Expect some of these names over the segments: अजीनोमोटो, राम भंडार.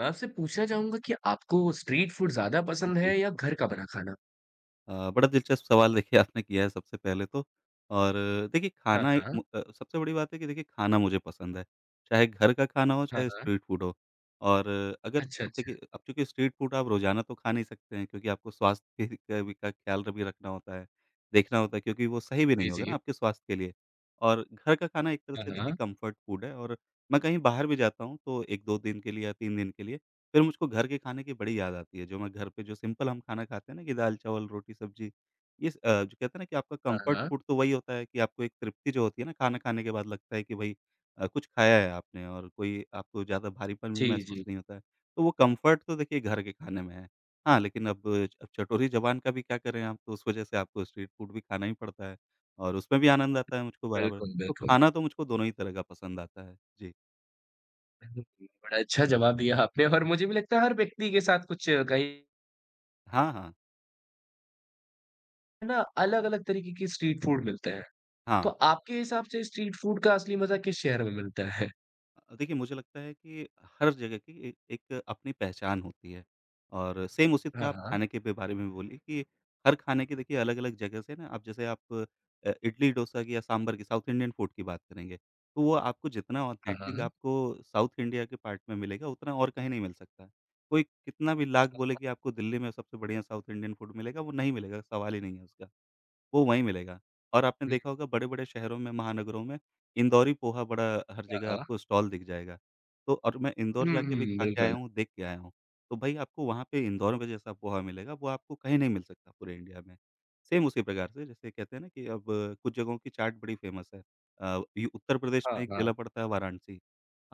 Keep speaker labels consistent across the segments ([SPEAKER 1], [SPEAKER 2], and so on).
[SPEAKER 1] मैं आपसे पूछना चाहूँगा कि आपको street food ज़्यादा पसंद
[SPEAKER 2] जी।
[SPEAKER 1] है या घर का बना खाना?
[SPEAKER 2] बड़ा दिलचस्प सवाल देखिए आपने किया है सबसे पहले तो। और देखिए,
[SPEAKER 1] हाँ,
[SPEAKER 2] खाना एक
[SPEAKER 1] हाँ।
[SPEAKER 2] सबसे बड़ी बात है कि देखिए खाना मुझे पसंद है। चाहे घर का खाना हो,
[SPEAKER 1] हाँ,
[SPEAKER 2] चाहे
[SPEAKER 1] हाँ।
[SPEAKER 2] स्ट्रीट फूड हो। और अगर
[SPEAKER 1] अच्छा,
[SPEAKER 2] अब
[SPEAKER 1] अच्छा।
[SPEAKER 2] देखिए, अब चूँकि स्ट्रीट फूड आप रोज़ाना तो खा नहीं सकते हैं, क्योंकि आपको स्वास्थ्य के का भी का ख़्याल भी रखना होता है, देखना होता है, क्योंकि वो सही भी
[SPEAKER 1] जी,
[SPEAKER 2] नहीं होगा ना
[SPEAKER 1] जी।
[SPEAKER 2] आपके स्वास्थ्य के लिए। और घर का खाना एक तरह
[SPEAKER 1] हाँ,
[SPEAKER 2] से देखिए
[SPEAKER 1] हाँ।
[SPEAKER 2] कम्फ़र्ट फूड है। और मैं कहीं बाहर भी जाता हूँ तो 1-2 दिन के लिए या 3 दिन के लिए, फिर मुझको घर के खाने की बड़ी याद आती है। जो मैं घर पे जो सिंपल हम खाना खाते हैं ना, कि दाल-चावल, रोटी-सब्जी, जो कहते हैं ना कि आपका
[SPEAKER 1] हाँ,
[SPEAKER 2] कम्फर्ट
[SPEAKER 1] हाँ।
[SPEAKER 2] फूड तो वही होता है कि आपको एक तृप्ति जो होती है ना, खाना खाने के बाद लगता है कि भई कुछ खाया है आपने, और कोई आपको ज़्यादा भारीपन भी
[SPEAKER 1] जी,
[SPEAKER 2] महसूस
[SPEAKER 1] जी।
[SPEAKER 2] नहीं होता है। तो वो कम्फर्ट तो देखिए घर के खाने में है। हाँ, लेकिन अब चटोरी ज़बान का भी क्या करें आप, तो उस वजह से आपको स्ट्रीट फूड भी खाना ही पड़ता है, और उसमें भी आनंद आता है मुझको बराबर।
[SPEAKER 1] बिल्कुल,
[SPEAKER 2] तो
[SPEAKER 1] बिल्कुल।
[SPEAKER 2] खाना तो मुझको दोनों ही तरह का पसंद आता है। जी।
[SPEAKER 1] बड़ा अच्छा जवाब दिया आपने और मुझे भी लगता है हर व्यक्ति के साथ कुछ कहीं
[SPEAKER 2] हाँ, हाँ।
[SPEAKER 1] ना अलग-अलग तरीके के स्ट्रीट फूड मिलते हैं। तो
[SPEAKER 2] हाँ।
[SPEAKER 1] आपके हिसाब से स्ट्रीट फूड का असली मज़ा किस शहर में मिलता है?
[SPEAKER 2] देखिए, मुझे लगता है कि हर जगह की ए एक अपनी पहचान होती है। और सेम उसी
[SPEAKER 1] हाँ,
[SPEAKER 2] तरह आप
[SPEAKER 1] हाँ।
[SPEAKER 2] खाने के भी बारे में बोलिए, कि हर खाने की देखिए अलग-अलग जगह से ना, आप जैसे आप इडली डोसा की या सांभर की साउथ इंडियन फूड की बात करेंगे, तो वो आपको जितना
[SPEAKER 1] हाँ,
[SPEAKER 2] ऑथेंटिक
[SPEAKER 1] हाँ।
[SPEAKER 2] आपको साउथ इंडिया के पार्ट में मिलेगा, उतना और कहीं नहीं मिल सकता। कोई कितना भी लाख बोले कि आपको दिल्ली में सबसे बढ़िया साउथ इंडियन फूड मिलेगा, वो नहीं मिलेगा, सवाल ही नहीं है उसका। वो वहीं मिलेगा। और आपने
[SPEAKER 1] हुँ,
[SPEAKER 2] देखा होगा बड़े-बड़े शहरों में, महानगरों में इंदौरी पोहा बड़ा हर जगह
[SPEAKER 1] हाँ, हाँ।
[SPEAKER 2] आपको स्टॉल दिख जाएगा। तो और मैं इंदौर
[SPEAKER 1] हुँ,
[SPEAKER 2] जाके भी
[SPEAKER 1] हुँ,
[SPEAKER 2] खा के आया
[SPEAKER 1] बिल्कुल।
[SPEAKER 2] हूँ, देख के आया हूँ। तो भई आपको वहाँ पे इंदौर में जैसा पोहा मिलेगा, वो आपको कहीं नहीं मिल सकता पूरे इंडिया में। सेम उसी प्रकार से जैसे कहते हैं ना कि अब कुछ जगहों की चाट बड़ी फ़ेमस है। ये उत्तर प्रदेश में
[SPEAKER 1] हाँ,
[SPEAKER 2] एक
[SPEAKER 1] हाँ।
[SPEAKER 2] ज़िला पड़ता है, वाराणसी।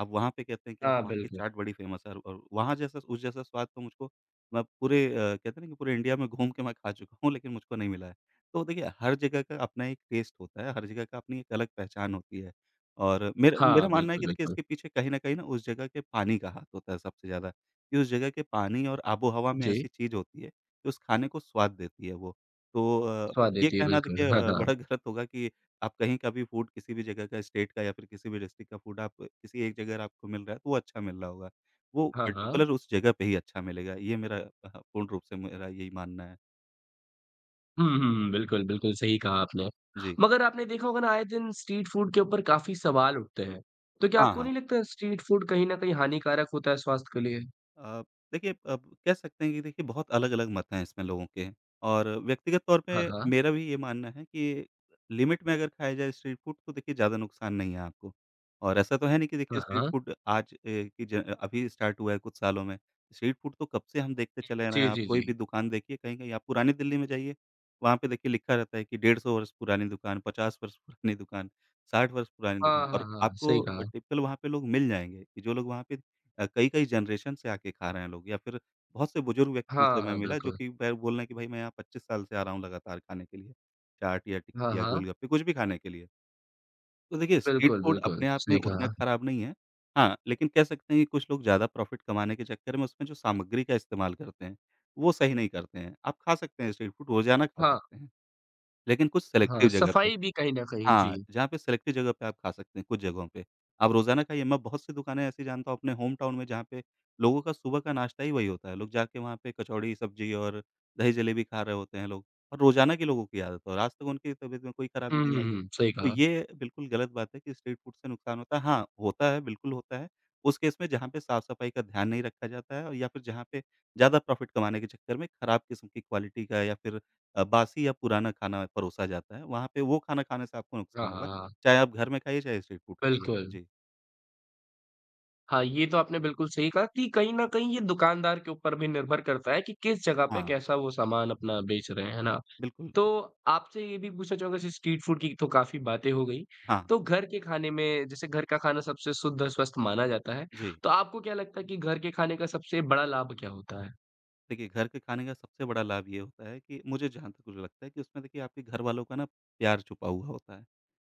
[SPEAKER 2] आप वहाँ पे कहते हैं कि आप
[SPEAKER 1] हाँ,
[SPEAKER 2] वहाँ की
[SPEAKER 1] बिल्कुल।
[SPEAKER 2] चाट बड़ी फ़ेमस है, और वहाँ जैसा उस जैसा स्वाद तो मुझको, मैं पूरे कहते हैं ना, कि पूरे इंडिया में घूम के मैं खा चुका हूँ, लेकिन मुझको नहीं मिला है। तो देखिए, हर जगह का अपना एक टेस्ट होता है, हर जगह का अपनी एक अलग पहचान होती है। और मेरा
[SPEAKER 1] हाँ,
[SPEAKER 2] मेरा मानना है
[SPEAKER 1] बिल्कुल,
[SPEAKER 2] कि देखिए
[SPEAKER 1] बिल्कुल।
[SPEAKER 2] इसके पीछे कहीं न कहीं ना उस जगह के पानी का हाथ होता है सबसे ज़्यादा, कि उस जगह के पानी और आबो-हवा में
[SPEAKER 1] जी,
[SPEAKER 2] ऐसी चीज़ होती है कि उस खाने को स्वाद देती है वो। तो
[SPEAKER 1] स्वाद
[SPEAKER 2] ये
[SPEAKER 1] देती है
[SPEAKER 2] कहना देखिए
[SPEAKER 1] बिल्कुल। हाँ, हाँ।
[SPEAKER 2] बड़ा गलत होगा कि आप कहीं का भी फूड, किसी भी जगह का स्टेट का या फिर किसी भी डिस्ट्रिक्ट का फूड आप किसी एक जगह अगर आपको मिल रहा है, तो वो अच्छा मिल रहा होगा। वो
[SPEAKER 1] हाँ, हाँ।
[SPEAKER 2] पर्टिकुलर उस जगह पे ही अच्छा मिलेगा, ये मेरा पूर्ण रूप से मेरा यही मानना है।
[SPEAKER 1] हुँ, हुँ, हुँ। बिल्कुल, बिल्कुल सही कहा आपने।
[SPEAKER 2] जी।
[SPEAKER 1] मगर आपने देखा होगा ना आए दिन स्ट्रीट फूड के ऊपर काफ़ी सवाल उठते हैं। तो क्या
[SPEAKER 2] हाँ,
[SPEAKER 1] आपको
[SPEAKER 2] हाँ।
[SPEAKER 1] नहीं लगता स्ट्रीट फूड कहीं न कहीं हानिकारक होता है स्वास्थ्य के लिए?
[SPEAKER 2] अ, देखिए, अब कह सकते हैं कि देखिए बहुत अलग-अलग मत हैं इसमें लोगों के। और व्यक्तिगत तौर पे
[SPEAKER 1] हाँ, हाँ।
[SPEAKER 2] मेरा भी ये मानना है कि लिमिट में अगर खाया जाए स्ट्रीट फूड, तो देखिए ज़्यादा नुकसान नहीं है आपको। और ऐसा तो है नहीं कि देखिए
[SPEAKER 1] हाँ,
[SPEAKER 2] स्ट्रीट
[SPEAKER 1] हाँ।
[SPEAKER 2] फूड आज अ, की ज अभी स्टार्ट हुआ है कुछ सालों में। स्ट्रीट फूड तो कब से हम देखते चले आ रहे हैं,
[SPEAKER 1] जी,
[SPEAKER 2] आप
[SPEAKER 1] जी,
[SPEAKER 2] कोई
[SPEAKER 1] जी।
[SPEAKER 2] भी दुकान देखिए कहीं-कहीं आप पुरानी दिल्ली में जाइए, वहाँ पे देखिए लिखा रहता है कि 150 वर्ष पुरानी दुकान, 50 वर्ष पुरानी दुकान, 60 वर्ष पुरानी दुकान,
[SPEAKER 1] हाँ,
[SPEAKER 2] और
[SPEAKER 1] हाँ, हाँ।
[SPEAKER 2] आपको
[SPEAKER 1] सही कहा।
[SPEAKER 2] टिपिकल वहाँ पे लोग मिल जाएँगे कि जो लोग वहाँ पे कई-कई जनरेशन से आके खा रहे हैं लोग, या फिर बहुत से बुजुर्ग व्यक्तियों से
[SPEAKER 1] हाँ,
[SPEAKER 2] मैं
[SPEAKER 1] हाँ,
[SPEAKER 2] मिला जो
[SPEAKER 1] बिल्कुल।
[SPEAKER 2] कि बै बोल रहे हैं कि भाई मैं यहाँ 25 साल से आ रहा हूँ लगातार खाने के लिए, चाट या
[SPEAKER 1] हाँ,
[SPEAKER 2] टिक्की या
[SPEAKER 1] हाँ।
[SPEAKER 2] गोलगप्पे कुछ भी खाने के लिए। तो देखिए स्ट्रीट
[SPEAKER 1] बिल्कुल,
[SPEAKER 2] फूड
[SPEAKER 1] बिल्कुल।
[SPEAKER 2] अपने आप में
[SPEAKER 1] सही
[SPEAKER 2] उतना
[SPEAKER 1] कहा।
[SPEAKER 2] खराब नहीं है। हाँ, लेकिन कह सकते हैं कि कुछ लोग ज़्यादा प्रॉफिट कमाने के चक्कर में उसमें जो सामग्री का इस्तेमाल करते हैं, वो सही नहीं करते हैं। आप खा सकते हैं स्ट्रीट फूड, रोज़ाना खा
[SPEAKER 1] हाँ,
[SPEAKER 2] सकते हैं, लेकिन कुछ सेलेक्टिव
[SPEAKER 1] हाँ।
[SPEAKER 2] जगह पे।
[SPEAKER 1] सफाई भी कहीं न कहीं। जी।
[SPEAKER 2] हाँ, जहाँ पे सेलेक्टिव जगह पे आप खा सकते हैं, कुछ जगहों पे। आप रोज़ाना खाइए, मैं बहुत सी दुकानें ऐसी जानता हूँ अपने होम टाउन में, जहाँ पे लोगों का सुबह का नाश्ता ही वही होता है। लोग जाके वहाँ पे कचौड़ी, सब्जी और दही जलेबी खा रहे होते हैं लोग, और रोज़ाना की लोगों की आदत है, और आज तक उनकी तबीयत में कोई
[SPEAKER 1] हुँ,
[SPEAKER 2] खराबी नहीं
[SPEAKER 1] हुँ,
[SPEAKER 2] आई है।
[SPEAKER 1] हुँ। सही
[SPEAKER 2] तो
[SPEAKER 1] कहा।
[SPEAKER 2] ये बिल्कुल गलत बात है कि स्ट्रीट फूड से नुकसान होता है। हाँ, होता है, बिल्कुल होता है। उस केस में जहाँ पे साफ-सफाई का ध्यान नहीं रखा जाता है, और या फिर जहाँ पे ज़्यादा प्रॉफ़िट कमाने के चक्कर में खराब किस्म की क्वालिटी का या फिर बासी या पुराना खाना परोसा जाता है, वहाँ पे वो खाना खाने से आपको
[SPEAKER 1] हाँ,
[SPEAKER 2] नुकसान
[SPEAKER 1] हाँ,
[SPEAKER 2] होगा,
[SPEAKER 1] हाँ।
[SPEAKER 2] चाहे आप घर में खाइए, चाहे स्ट्रीट फूड खाइए।
[SPEAKER 1] बिल्कुल।
[SPEAKER 2] जी।
[SPEAKER 1] हाँ, ये तो आपने बिल्कुल सही कहा कि कहीं न कहीं ये दुकानदार के ऊपर भी निर्भर करता है कि किस जगह पे
[SPEAKER 2] हाँ,
[SPEAKER 1] कैसा वो सामान अपना बेच रहे हैं, है ना?
[SPEAKER 2] बिल्कुल।
[SPEAKER 1] तो आपसे ये भी पूछना चाहूँगा जैसे स्ट्रीट फूड की तो काफ़ी बातें हो गई।
[SPEAKER 2] हाँ,
[SPEAKER 1] तो घर के खाने में जैसे घर का खाना सबसे शुद्ध और स्वस्थ माना जाता है।
[SPEAKER 2] जी।
[SPEAKER 1] तो आपको क्या लगता है कि घर के खाने का सबसे बड़ा लाभ क्या होता है?
[SPEAKER 2] देखिए, घर के खाने का सबसे बड़ा लाभ ये होता है कि मुझे, जहाँ तक मुझे लगता है कि उसमें देखिए आपके घरवालों का ना प्यार छुपा हुआ होता है।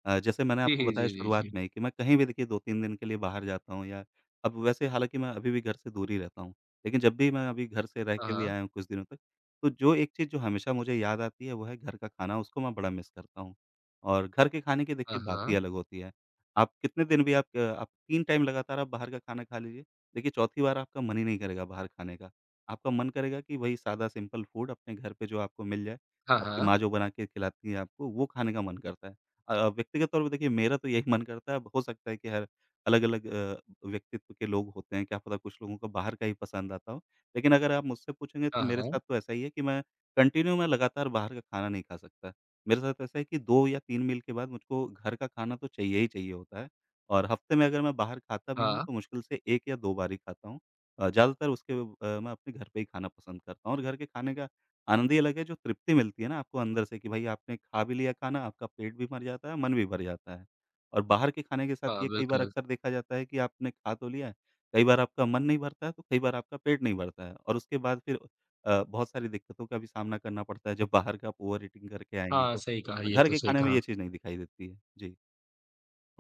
[SPEAKER 2] जैसे मैंने
[SPEAKER 1] जी,
[SPEAKER 2] आपको
[SPEAKER 1] जी,
[SPEAKER 2] बताया
[SPEAKER 1] जी,
[SPEAKER 2] शुरुआत
[SPEAKER 1] जी।
[SPEAKER 2] में ही, कि मैं कहीं भी देखिए 2-3 दिन के लिए बाहर जाता हूँ, या अब वैसे हालाँकि मैं अभी भी घर से दूर ही रहता हूँ। लेकिन जब भी मैं अभी घर से रह के भी
[SPEAKER 1] हाँ,
[SPEAKER 2] आया हूँ कुछ दिनों तक, तो जो एक चीज़ जो हमेशा मुझे याद आती है, वो है घर का खाना, उसको मैं बड़ा मिस करता हूँ। और घर के खाने की
[SPEAKER 1] हाँ,
[SPEAKER 2] देखिए बात ही
[SPEAKER 1] हाँ।
[SPEAKER 2] अलग होती है। आप कितने दिन भी आप 3 टाइम लगातार आप बाहर का खाना खा लीजिए, देखिए चौथी बार आपका मन ही नहीं करेगा बाहर खाने का। आपका मन करेगा कि वही सादा सिंपल फूड अपने घर पे जो आपको मिल जाए,
[SPEAKER 1] हाँ,
[SPEAKER 2] आपकी
[SPEAKER 1] हाँ।
[SPEAKER 2] माँ जो बना के खिलाती है आपको, वो खाने का मन करता है। व्यक्तिगत तौर पे देखिए मेरा तो यही मन करता है, अब हो सकता है कि हर अलग-अलग व्यक्तित्व के लोग होते हैं, क्या पता कुछ लोगों को बाहर का ही पसंद आता हो। लेकिन अगर आप मुझसे पूछेंगे, तो
[SPEAKER 1] हाँ,
[SPEAKER 2] मेरे साथ
[SPEAKER 1] हाँ।
[SPEAKER 2] तो ऐसा ही है कि मैं कंटिन्यू मैं लगातार बाहर का खाना नहीं खा सकता। मेरे साथ ऐसा है कि 2 या 3 मील के बाद मुझको घर का खाना तो चाहिए ही चाहिए होता है, और हफ्ते में अगर मैं बाहर खाता भी
[SPEAKER 1] हाँ,
[SPEAKER 2] हूँ
[SPEAKER 1] हाँ,
[SPEAKER 2] तो मुश्किल से 1 या 2 बार ही खाता हूँ। ज़्यादातर उसके मैं अपने घर पे ही खाना पसंद करता हूँ, और घर के खाने का आनंद ही अलग है, जो तृप्ति मिलती है ना आपको अंदर से कि भाई आपने खा भी लिया खाना, आपका पेट भी भर जाता है, मन भी भर जाता है। और बाहर के खाने के साथ
[SPEAKER 1] हाँ,
[SPEAKER 2] ये कई बार
[SPEAKER 1] बिल्कुल।
[SPEAKER 2] अक्सर देखा जाता है कि आपने खा तो लिया है, कई बार आपका मन नहीं भरता है, तो कई बार आपका पेट नहीं भरता है, और उसके बाद फिर बहुत सारी दिक्कतों का भी सामना करना पड़ता है जब बाहर का आप ओवर ईटिंग करके आएँगे
[SPEAKER 1] हाँ,
[SPEAKER 2] तो।
[SPEAKER 1] सही कहा,
[SPEAKER 2] और
[SPEAKER 1] ये
[SPEAKER 2] घर
[SPEAKER 1] तो
[SPEAKER 2] के
[SPEAKER 1] सही
[SPEAKER 2] खाने में
[SPEAKER 1] कहा।
[SPEAKER 2] ये चीज़ नहीं दिखाई देती है। जी।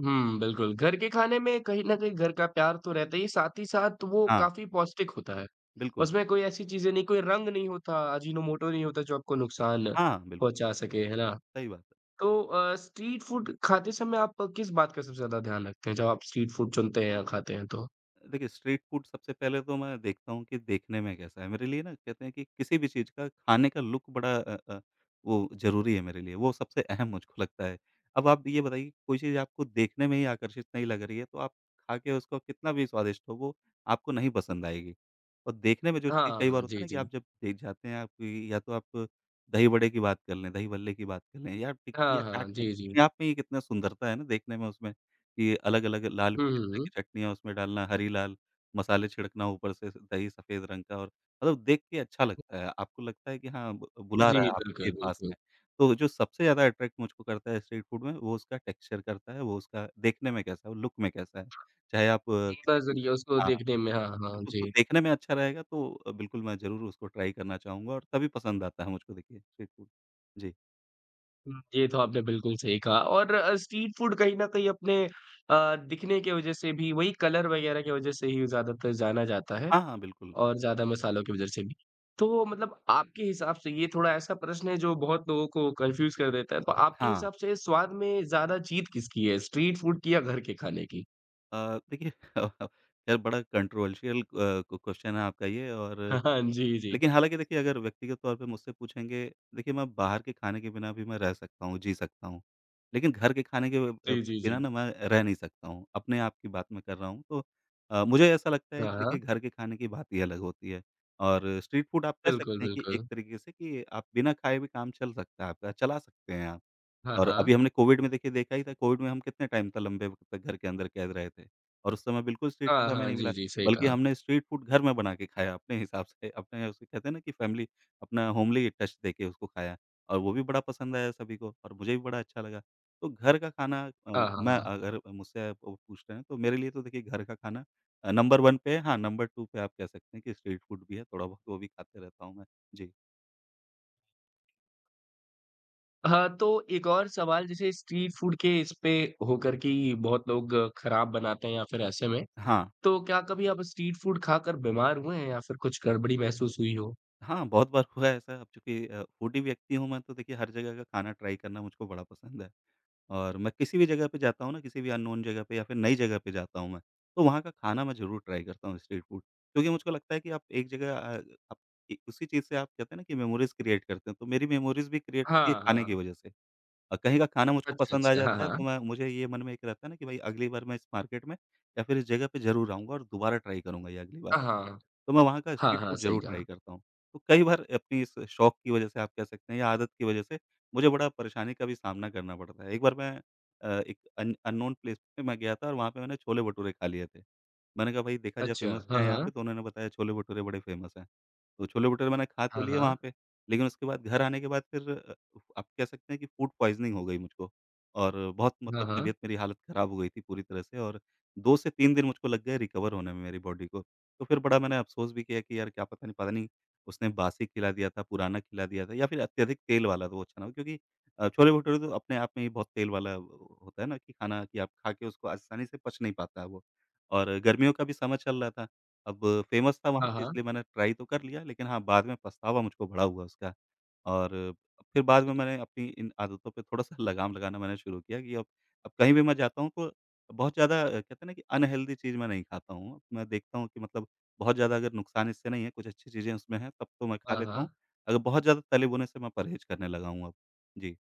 [SPEAKER 1] हुँ, बिल्कुल। घर के खाने में कहीं न कहीं घर का प्यार तो रहता ही है, साथ ही साथ वो
[SPEAKER 2] हाँ,
[SPEAKER 1] काफ़ी पौष्टिक होता है।
[SPEAKER 2] बिल्कुल।
[SPEAKER 1] उसमें कोई ऐसी चीज़ें नहीं, कोई रंग नहीं होता, अजीनोमोटो नहीं होता जो आपको नुकसान
[SPEAKER 2] हाँ, बिल्कुल,
[SPEAKER 1] पहुँचा सके, है ना?
[SPEAKER 2] सही बात।
[SPEAKER 1] तो स्ट्रीट फूड खाते समय आप किस बात का सबसे ज़्यादा ध्यान रखते हैं जब आप स्ट्रीट फूड चुनते हैं या खाते हैं तो?
[SPEAKER 2] देखिए, स्ट्रीट फूड सबसे पहले तो मैं देखता हूँ कि देखने में कैसा है। मेरे लिए ना, कहते हैं कि किसी भी चीज़ का खाने का लुक बड़ा वो ज़रूरी है मेरे लिए, वो सबसे अहम मुझको लगता है। अब आप ये बताइए कि कोई चीज़ आपको देखने में ही आकर्षित नहीं लग रही है, तो आप खा के उसको कितना भी स्वादिष्ट हो, वो आपको नहीं पसंद आएगी। और देखने में जो चीज़,
[SPEAKER 1] हाँ,
[SPEAKER 2] कई बार
[SPEAKER 1] हाँ।
[SPEAKER 2] होता
[SPEAKER 1] जी,
[SPEAKER 2] है ना कि
[SPEAKER 1] जी।
[SPEAKER 2] आप जब देख जाते हैं आप, या तो आप दही बड़े की बात कर लें, दही बल्ले की बात कर लें या टिक्की या
[SPEAKER 1] हाँ, हाँ।
[SPEAKER 2] चाट की,
[SPEAKER 1] जी, जी।
[SPEAKER 2] अपने आप में ये कितना सुंदरता है ना देखने में उसमें। कि अलग-अलग लाल
[SPEAKER 1] हुँ,
[SPEAKER 2] पीले तरह
[SPEAKER 1] हुँ।
[SPEAKER 2] की चटनियाँ उसमें डालना, हरी लाल, मसाले छिड़कना ऊपर से, दही सफ़ेद रंग का और मतलब देख के अच्छा लगता है। आपको लगता है कि हाँ, ब बुला
[SPEAKER 1] जी,
[SPEAKER 2] रहा है आपके
[SPEAKER 1] बिल्कुल,
[SPEAKER 2] पास
[SPEAKER 1] बिल्कुल।
[SPEAKER 2] में। तो जो सबसे ज़्यादा अट्रैक्ट मुझको करता है स्ट्रीट फूड में, वो उसका टेक्सचर करता है, वो उसका देखने में कैसा है, वो लुक में कैसा है। चाहे आप किसी भी
[SPEAKER 1] नज़रिया उसको
[SPEAKER 2] हाँ,
[SPEAKER 1] देखने में हाँ, हाँ।
[SPEAKER 2] बिल्कुल तो
[SPEAKER 1] जी।
[SPEAKER 2] देखने में अच्छा रहेगा तो बिल्कुल मैं ज़रूर उसको ट्राई करना चाहूँगा और तभी पसंद आता है मुझको देखिए स्ट्रीट फूड। जी।
[SPEAKER 1] हुँ, ये तो आपने बिल्कुल सही कहा और स्ट्रीट फूड कहीं न कहीं अपने दिखने के वज़ह से भी वही कलर वग़ैरह की वज़ह से ही ज़्यादातर जाना जाता है।
[SPEAKER 2] हाँ, हाँ, बिल्कुल।
[SPEAKER 1] और ज़्यादा मसालों की वज़ह से भी। तो मतलब आपके हिसाब से ये थोड़ा ऐसा प्रश्न है जो बहुत लोगों को कन्फ्यूज़ कर देता है। तो आपके
[SPEAKER 2] हाँ।
[SPEAKER 1] हिसाब से स्वाद में ज़्यादा जीत किसकी है, स्ट्रीट फ़ूड की या घर के खाने की?
[SPEAKER 2] देखिए खैर बड़ा कंट्रोवर्शियल क क्वेश्चन है आपका ये। और
[SPEAKER 1] हाँ, हाँ। जी, जी।
[SPEAKER 2] लेकिन हालाँकि देखिए, अगर व्यक्तिगत तौर पे मुझसे पूछेंगे, देखिए मैं बाहर के खाने के बिना भी मैं रह सकता हूँ, जी सकता हूँ। लेकिन घर के खाने के
[SPEAKER 1] जी, जी,
[SPEAKER 2] बिना
[SPEAKER 1] जी।
[SPEAKER 2] ना मैं रह नहीं सकता हूँ, अपने आप की बात मैं कर रहा हूँ। तो मुझे ऐसा लगता
[SPEAKER 1] हाँ,
[SPEAKER 2] है कि देखिए
[SPEAKER 1] हाँ।
[SPEAKER 2] घर के खाने की बात ही अलग होती है और स्ट्रीट फूड आप कह
[SPEAKER 1] बिल्कुल,
[SPEAKER 2] सकते हैं कि एक
[SPEAKER 1] बिल्कुल।
[SPEAKER 2] तरीके से कि आप बिना खाए भी काम चल सकता है आपका, चला सकते हैं आप।
[SPEAKER 1] हाँ,
[SPEAKER 2] और
[SPEAKER 1] हाँ।
[SPEAKER 2] अभी हमने कोविड में देखिए देखा ही था, कोविड में हम कितने टाइम तक, लंबे वक़्त तक घर के अंदर कैद रहे थे और उस समय बिल्कुल स्ट्रीट फूड
[SPEAKER 1] हाँ,
[SPEAKER 2] हमें
[SPEAKER 1] हाँ।
[SPEAKER 2] नहीं मिला,
[SPEAKER 1] जी, जी। सही
[SPEAKER 2] बल्कि
[SPEAKER 1] कहा।
[SPEAKER 2] हमने स्ट्रीट फूड घर में बना के खाया अपने हिसाब से। अपने, उसे कहते हैं ना कि फैमिली, अपना होमली टच देके उसको खाया और वो भी बड़ा पसंद आया सभी को और मुझे भी बड़ा अच्छा लगा। तो घर का खाना
[SPEAKER 1] हाँ, हाँ,
[SPEAKER 2] मैं,
[SPEAKER 1] हाँ।
[SPEAKER 2] अगर मुझसे आप वो पूछ रहे हैं तो मेरे लिए तो देखिए घर का खाना नंबर 1 पे है, हाँ, नंबर 2 पे आप कह सकते हैं कि स्ट्रीट फूड भी है, थोड़ा बहुत वो भी खाते रहता हूँ मैं। जी।
[SPEAKER 1] हाँ, तो एक और सवाल जैसे स्ट्रीट फ़ूड के इस पे होकर कि बहुत लोग खराब बनाते हैं या फिर ऐसे में,
[SPEAKER 2] हाँ।
[SPEAKER 1] तो क्या कभी आप स्ट्रीट फ़ूड खाकर बीमार हुए हैं या फिर कुछ गड़बड़ी महसूस हुई हो?
[SPEAKER 2] हाँ, बहुत बार हुआ है ऐसा। अब चूँकि फूडी व्यक्ति हूँ मैं, तो देखिए हर जगह का खाना ट्राई करना मुझको बड़ा पसंद है। और मैं किसी भी जगह पे जाता हूँ ना, किसी भी अननोन जगह पे या फिर नई जगह पे जाता हूँ मैं, तो वहाँ का खाना मैं ज़रूर ट्राई करता हूँ स्ट्रीट फूड। क्योंकि मुझको लगता है कि आप एक जगह आप इ उसी चीज़ से, आप कहते हैं ना कि मेमोरीज़ क्रिएट करते हैं, तो मेरी मेमोरीज़ भी क्रिएट होती है
[SPEAKER 1] हाँ,
[SPEAKER 2] खाने की
[SPEAKER 1] हाँ।
[SPEAKER 2] वजह से। कहीं का खाना मुझको
[SPEAKER 1] अच्छा,
[SPEAKER 2] पसंद आ
[SPEAKER 1] अच्छा, हाँ,
[SPEAKER 2] जाता है,
[SPEAKER 1] हाँ।
[SPEAKER 2] तो मैं मुझे ये मन में एक रहता है ना कि भाई अगली बार मैं इस मार्केट में या फिर इस जगह पे ज़रूर आऊँगा और दोबारा ट्राई करूँगा ये अगली बार
[SPEAKER 1] हाँ,
[SPEAKER 2] आके।
[SPEAKER 1] हाँ।
[SPEAKER 2] तो मैं वहाँ का
[SPEAKER 1] हाँ,
[SPEAKER 2] स्ट्रीट
[SPEAKER 1] हाँ,
[SPEAKER 2] फूड
[SPEAKER 1] सही
[SPEAKER 2] ज़रूर ट्राई
[SPEAKER 1] कहा।
[SPEAKER 2] करता हूँ। तो कई बार अपनी इस शौक की वजह से, आप कह सकते हैं, या आदत की वजह से मुझे बड़ा परेशानी का भी सामना करना पड़ता है। एक बार मैं एक अन अननोन प्लेस पे मैं गया था और वहाँ पे मैंने छोले-भटूरे खा लिए थे। मैंने कहा भाई, देखा जाए
[SPEAKER 1] अच्छा,
[SPEAKER 2] फ़ेमस क्या
[SPEAKER 1] हाँ,
[SPEAKER 2] है यहाँ
[SPEAKER 1] हाँ।
[SPEAKER 2] पे? तो उन्होंने बताया छोले-भटूरे बड़े फ़ेमस हैं। तो छोले-भटूरे मैंने खा तो
[SPEAKER 1] हाँ,
[SPEAKER 2] लिए वहाँ
[SPEAKER 1] हाँ।
[SPEAKER 2] पे, लेकिन उसके बाद घर आने के बाद फिर आप कह सकते हैं कि फूड पॉइज़निंग हो गई मुझको, और बहुत
[SPEAKER 1] हाँ,
[SPEAKER 2] मतलब
[SPEAKER 1] हाँ।
[SPEAKER 2] तबीयत, मेरी हालत ख़राब हो गई थी पूरी तरह से। और 2 से 3 दिन मुझको लग गए रिकवर होने में मेरी बॉडी को। तो फिर बड़ा मैंने अफ़सोस भी किया कि यार, क्या पता, नहीं पता, नहीं उसने बासी खिला दिया था, पुराना खिला दिया था या फिर अत्यधिक तेल वाला, तो वो अच्छा ना हो, क्योंकि छोले-भटूरे तो अपने आप में ही बहुत तेल वाला होता है ना, कि खाना कि आप खा के उसको आसानी से पच नहीं पाता है वो। और गर्मियों का भी समय चल रहा था, अब फ़ेमस था वहाँ
[SPEAKER 1] हाँ,
[SPEAKER 2] पे
[SPEAKER 1] हाँ।
[SPEAKER 2] इसलिए मैंने ट्राई तो कर लिया, लेकिन हाँ, बाद में पछतावा मुझको बड़ा हुआ उसका। और फिर बाद में मैंने अपनी इन आदतों पे थोड़ा-सा लगाम लगाना मैंने शुरू किया कि अब कहीं भी मैं जाता हूँ तो बहुत ज़्यादा कहते हैं ना कि अनहेल्दी चीज़ मैं नहीं खाता हूँ। मैं देखता हूँ कि मतलब बहुत ज़्यादा अगर नुकसान इससे नहीं है, कुछ अच्छी चीज़ें उसमें हैं, तब तो मैं खा
[SPEAKER 1] हाँ,
[SPEAKER 2] लेता हूँ।
[SPEAKER 1] हाँ।
[SPEAKER 2] अगर बहुत ज़्यादा तले भुने से मैं परहेज़ करने लगा हूँ अब। जी।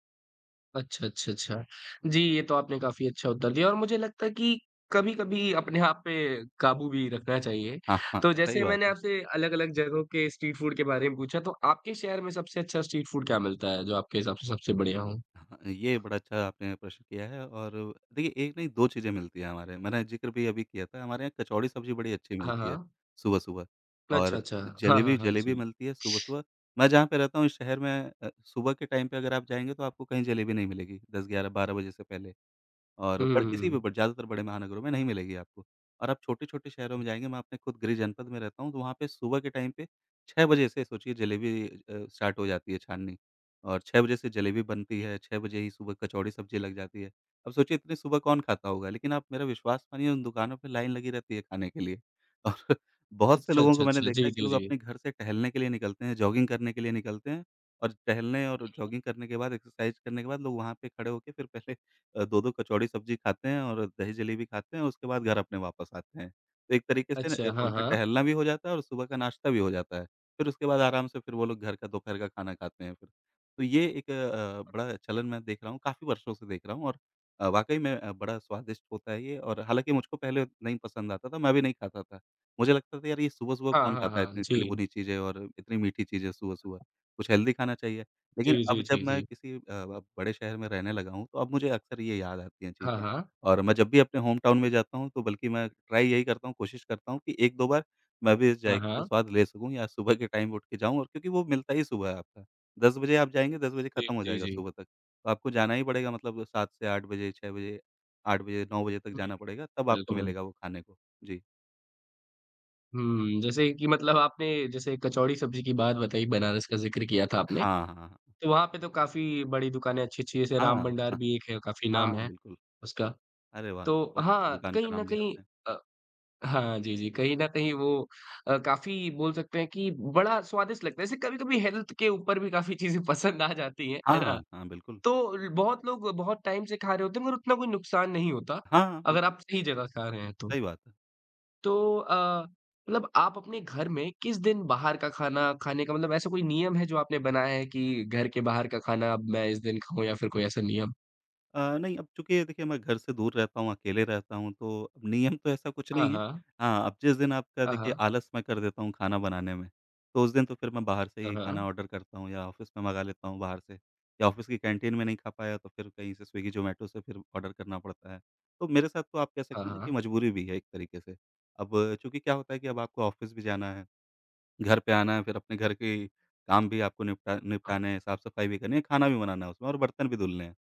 [SPEAKER 1] अच्छा, अच्छा, अच्छा। जी, ये तो आपने काफ़ी अच्छा उत्तर दिया और मुझे लगता है कि कभी-कभी अपने आप पे काबू भी रखना चाहिए।
[SPEAKER 2] हाँ, हाँ।
[SPEAKER 1] तो
[SPEAKER 2] सही
[SPEAKER 1] जैसे
[SPEAKER 2] बात
[SPEAKER 1] मैंने
[SPEAKER 2] है।
[SPEAKER 1] आपसे अलग-अलग जगहों के स्ट्रीट फूड के बारे में पूछा, तो आपके शहर में सबसे अच्छा स्ट्रीट फूड क्या मिलता है, जो आपके हिसाब से सबसे बढ़िया हो?
[SPEAKER 2] हाँ, ये बड़ा अच्छा आपने प्रश्न किया है। और देखिए, एक नहीं 2 चीज़ें मिलती हैं हमारे, मैंने ज़िक्र भी अभी किया था। हमारे यहाँ कचौड़ी सब्ज़ी बड़ी अच्छी
[SPEAKER 1] हाँ,
[SPEAKER 2] मिलती है
[SPEAKER 1] हाँ।
[SPEAKER 2] सुबह-सुबह,
[SPEAKER 1] अच्छा,
[SPEAKER 2] और
[SPEAKER 1] अच्छा। हाँ, हाँ,
[SPEAKER 2] जलेबी,
[SPEAKER 1] हाँ,
[SPEAKER 2] जलेबी
[SPEAKER 1] जी।
[SPEAKER 2] मिलती है सुबह-सुबह। मैं जहाँ पे रहता हूँ इस शहर में, सुबह के टाइम पे अगर आप जाएँगे तो आपको कहीं जलेबी नहीं मिलेगी 10, 11, 12 बजे से पहले। और
[SPEAKER 1] हुँ,
[SPEAKER 2] पर
[SPEAKER 1] हुँ,
[SPEAKER 2] किसी भी
[SPEAKER 1] हुँ।
[SPEAKER 2] ब ज़्यादातर बड़े महानगरों में नहीं मिलेगी आपको। और आप छोटे-छोटे शहरों में जाएँगे, मैं अपने खुद गृह जनपद में रहता हूँ, तो वहाँ पे सुबह के टाइम पे 6 बजे से, सोचिए, जलेबी स्टार्ट हो जाती है छाननी, और 6 बजे से जलेबी बनती है, 6 बजे ही सुबह कचौड़ी सब्ज़ी लग जाती है। अब सोचिए, इतनी सुबह कौन खाता होगा? लेकिन आप मेरा विश्वास मानिए, उन दुकानों पे लाइन लगी रहती है खाने के लिए। और बहुत से
[SPEAKER 1] अच्छा,
[SPEAKER 2] लोगों को
[SPEAKER 1] अच्छा,
[SPEAKER 2] मैंने
[SPEAKER 1] अच्छा।
[SPEAKER 2] देखा
[SPEAKER 1] जी,
[SPEAKER 2] है कि
[SPEAKER 1] जी,
[SPEAKER 2] लोग
[SPEAKER 1] जी।
[SPEAKER 2] अपने घर से टहलने के लिए निकलते हैं, जॉगिंग करने के लिए निकलते हैं, और टहलने और जॉगिंग करने के बाद, एक्सरसाइज़ करने के बाद, लोग वहाँ पे खड़े होके फिर पहले 2-2 कचौड़ी सब्ज़ी खाते हैं और दही जलेबी खाते हैं, उसके बाद घर अपने वापस आते हैं। तो एक तरीके से ना ए
[SPEAKER 1] अच्छा, हाँ,
[SPEAKER 2] उनका
[SPEAKER 1] हाँ।
[SPEAKER 2] टहलना भी हो जाता है और सुबह का नाश्ता भी हो जाता है। फिर उसके बाद आराम से फिर वो लोग घर का दोपहर का खाना खाते हैं फिर। तो ये एक बड़ा चलन मैं देख रहा हूँ, काफ़ी वर्षों से देख रहा हूँ, और वाक़ई में बड़ा स्वादिष्ट होता है ये। और हालाँकि मुझको पहले नहीं पसंद आता था, मैं भी नहीं खाता था। मुझे लगता था यार, ये सुबह-सुबह
[SPEAKER 1] हाँ,
[SPEAKER 2] कौन
[SPEAKER 1] हाँ,
[SPEAKER 2] खाता है
[SPEAKER 1] हाँ।
[SPEAKER 2] इतनी
[SPEAKER 1] जी।
[SPEAKER 2] तली-भुनी चीज़ें और इतनी मीठी चीज़ें सुबह-सुबह, कुछ हेल्दी खाना चाहिए। लेकिन
[SPEAKER 1] जी,
[SPEAKER 2] अब
[SPEAKER 1] जी,
[SPEAKER 2] जब
[SPEAKER 1] जी,
[SPEAKER 2] मैं
[SPEAKER 1] जी।
[SPEAKER 2] किसी अब बड़े शहर में रहने लगा हूँ, तो अब मुझे अक्सर ये याद आती हैं
[SPEAKER 1] हाँ,
[SPEAKER 2] चीज़ें।
[SPEAKER 1] हाँ।
[SPEAKER 2] और मैं जब भी अपने होम टाउन में जाता हूँ, तो बल्कि मैं ट्राई यही करता हूँ, कोशिश करता हूँ कि 1-2 बार मैं भी इस
[SPEAKER 1] हाँ,
[SPEAKER 2] जायके का
[SPEAKER 1] हाँ।
[SPEAKER 2] स्वाद ले सकूँ, या सुबह के टाइम उठ के जाऊँ, और क्योंकि वो मिलता ही सुबह है आपका। 10 बजे आप जाएँगे, 10 बजे
[SPEAKER 1] जी,
[SPEAKER 2] खत्म हो
[SPEAKER 1] जी,
[SPEAKER 2] जाएगा
[SPEAKER 1] जी।
[SPEAKER 2] सुबह तक। तो आपको जाना ही पड़ेगा मतलब 7 से 8 बजे, 6 बजे, 8 बजे, 9 बजे तक
[SPEAKER 1] हुँ,
[SPEAKER 2] जाना पड़ेगा, तब आपको
[SPEAKER 1] बिल्कुल।
[SPEAKER 2] मिलेगा वो खाने को। जी।
[SPEAKER 1] हुँ, जैसे कि मतलब आपने जैसे कचौड़ी सब्ज़ी की बात बताई, बनारस का ज़िक्र किया था आपने,
[SPEAKER 2] हाँ, हाँ, हाँ।
[SPEAKER 1] तो वहाँ पे तो काफ़ी बड़ी दुकानें अच्छी-अच्छी जैसे राम
[SPEAKER 2] हाँ,
[SPEAKER 1] भंडार भी एक है, काफ़ी
[SPEAKER 2] हाँ,
[SPEAKER 1] नाम
[SPEAKER 2] हाँ,
[SPEAKER 1] है
[SPEAKER 2] बिल्कुल।
[SPEAKER 1] उसका।
[SPEAKER 2] अरे वाह!
[SPEAKER 1] तो
[SPEAKER 2] बहुत अच्छी
[SPEAKER 1] हाँ,
[SPEAKER 2] दुकान का
[SPEAKER 1] कहीं न
[SPEAKER 2] नाम लिया
[SPEAKER 1] कहीं
[SPEAKER 2] आपने।
[SPEAKER 1] अ, हाँ, जी, जी, कहीं न कहीं वो काफ़ी बोल सकते हैं कि बड़ा स्वादिष्ट लगता है। जैसे कभी-कभी हेल्थ के ऊपर भी काफ़ी चीज़ें पसंद आ जाती हैं, है
[SPEAKER 2] हाँ,
[SPEAKER 1] ना?
[SPEAKER 2] हाँ, बिल्कुल।
[SPEAKER 1] तो ल बहुत लोग बहुत टाइम से खा रहे होते हैं मगर उतना कोई नुकसान नहीं होता,
[SPEAKER 2] हाँ, हाँ,
[SPEAKER 1] अगर
[SPEAKER 2] बिल्कुल,
[SPEAKER 1] आप सही जगह खा रहे हैं तो।
[SPEAKER 2] सही बात है।
[SPEAKER 1] तो अ, मतलब आप अपने घर में किस दिन बाहर का खाना खाने का मतलब ऐसा कोई नियम है जो आपने बनाया है कि घर के बाहर का खाना अब मैं इस दिन खाऊँ या फिर कोई ऐसा नियम?
[SPEAKER 2] नहीं, अब चूँकि देखिए मैं घर से दूर रहता हूँ, अकेले रहता हूँ, तो अब नियम तो ऐसा कुछ
[SPEAKER 1] हाँ,
[SPEAKER 2] नहीं है।
[SPEAKER 1] हाँ।
[SPEAKER 2] हाँ, अब जिस दिन आपका,
[SPEAKER 1] हाँ,
[SPEAKER 2] देखिए,
[SPEAKER 1] हाँ।
[SPEAKER 2] आलस मैं कर देता हूँ खाना बनाने में, तो उस दिन तो फिर मैं बाहर से
[SPEAKER 1] हाँ,
[SPEAKER 2] ही खाना
[SPEAKER 1] हाँ।
[SPEAKER 2] ऑर्डर करता हूँ या ऑफ़िस में मँगा लेता हूँ बाहर से, या ऑफ़िस की कैंटीन में नहीं खा पाया तो फिर कहीं से स्विगी, ज़ोमैटो से फिर ऑर्डर करना पड़ता है। तो मेरे साथ तो आप कह
[SPEAKER 1] हाँ,
[SPEAKER 2] सकते हो ना कि
[SPEAKER 1] हाँ।
[SPEAKER 2] मजबूरी भी है एक तरीके से। अब चूँकि क्या होता है कि अब आपको ऑफ़िस भी जाना है। घर पे आना, फिर अपने घर के काम भी आपको निपटाने हैं, साफ-सफाई भी करनी है, खाना भी बनाना है उसमें, और बर्तन भी धुलने हैं।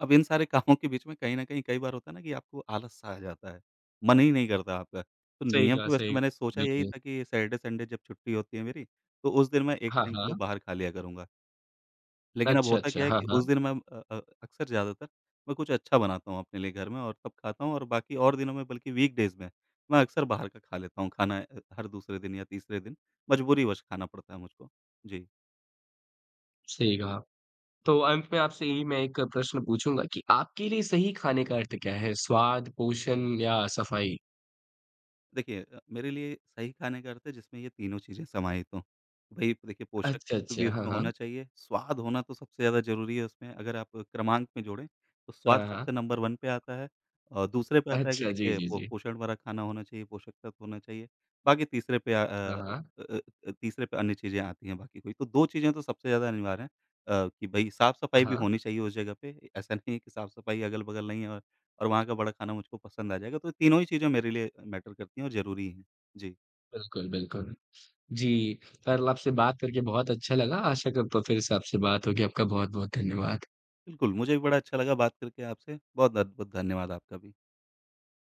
[SPEAKER 2] अब इन सारे कामों के बीच में कहीं न कहीं, कई बार होता है ना कि आपको आलस-सा आ जाता है, मन ही नहीं करता आपका। तो
[SPEAKER 1] सही
[SPEAKER 2] नियम
[SPEAKER 1] कहा,
[SPEAKER 2] तो वैसे
[SPEAKER 1] सही कहा।
[SPEAKER 2] मैंने सोचा यही
[SPEAKER 1] बिल्कुल।
[SPEAKER 2] था कि सैटरडे, संडे जब छुट्टी होती है मेरी, तो उस दिन मैं एक
[SPEAKER 1] हाँ,
[SPEAKER 2] टाइम चलो
[SPEAKER 1] हाँ।
[SPEAKER 2] बाहर खा लिया करूँगा। लेकिन अब
[SPEAKER 1] अच्छा,
[SPEAKER 2] होता क्या
[SPEAKER 1] अच्छा।
[SPEAKER 2] है
[SPEAKER 1] हाँ,
[SPEAKER 2] कि
[SPEAKER 1] हाँ।
[SPEAKER 2] उस दिन मैं अक्सर ज़्यादातर मैं कुछ अच्छा बनाता हूँ अपने लिए घर में और तब खाता हूँ। और बाकी और दिनों में, बल्कि वीकडेज़ में, मैं अक्सर बाहर का खा लेता हूँ खाना हर दूसरे दिन या तीसरे दिन, मजबूरीवश खाना पड़ता है मुझको। जी।
[SPEAKER 1] सही कहा। तो अंत में आपसे यही मैं एक प्रश्न पूछूँगा कि आपके लिए सही खाने का अर्थ क्या है? स्वाद, पोषण या सफाई?
[SPEAKER 2] देखिए मेरे लिए सही खाने का अर्थ है जिसमें ये तीनों चीज़ें समाहित हों। भई देखिए पोषक
[SPEAKER 1] अच्छा,
[SPEAKER 2] भी
[SPEAKER 1] अच्छा। हाँ,
[SPEAKER 2] उसमें
[SPEAKER 1] हाँ।
[SPEAKER 2] होना चाहिए, स्वाद होना तो सबसे ज़्यादा ज़रूरी है उसमें, अगर आप क्रमांक में जोड़ें, तो स्वाद
[SPEAKER 1] हाँ,
[SPEAKER 2] सबसे
[SPEAKER 1] हाँ।
[SPEAKER 2] नंबर 1 पे आता है, और दूसरे पे आता है कि
[SPEAKER 1] अच्छा। जी,
[SPEAKER 2] देखिए
[SPEAKER 1] जी,
[SPEAKER 2] पो
[SPEAKER 1] जी।
[SPEAKER 2] पोषण भरा खाना होना चाहिए, पोषक तत्व होना चाहिए। बाकी तीसरे पे
[SPEAKER 1] हाँ, हाँ।
[SPEAKER 2] अ तीसरे पे अन्य चीज़ें आती हैं बाकी कोई। तो 2 चीज़ें तो सबसे ज़्यादा अनिवार्य हैं कि भई साफ-सफाई भी
[SPEAKER 1] हाँ,
[SPEAKER 2] होनी चाहिए उस जगह पे। ऐसा नहीं है कि साफ-सफाई अगल-बगल नहीं है और वहाँ का बड़ा खाना मुझको पसंद आ जाएगा। तो तीनों ही चीज़ें मेरे लिए मैटर करती हैं और ज़रूरी हैं। जी,
[SPEAKER 1] बिल्कुल, बिल्कुल। जी, कल आपसे बात करके बहुत अच्छा लगा। आशा करता हूँ फिर से आपसे बात होगी। आपका बहुत-बहुत धन्यवाद।
[SPEAKER 2] बिल्कुल, मुझे भी बड़ा अच्छा लगा बात करके आपसे। बहुत-बहुत धन्यवाद आपका भी।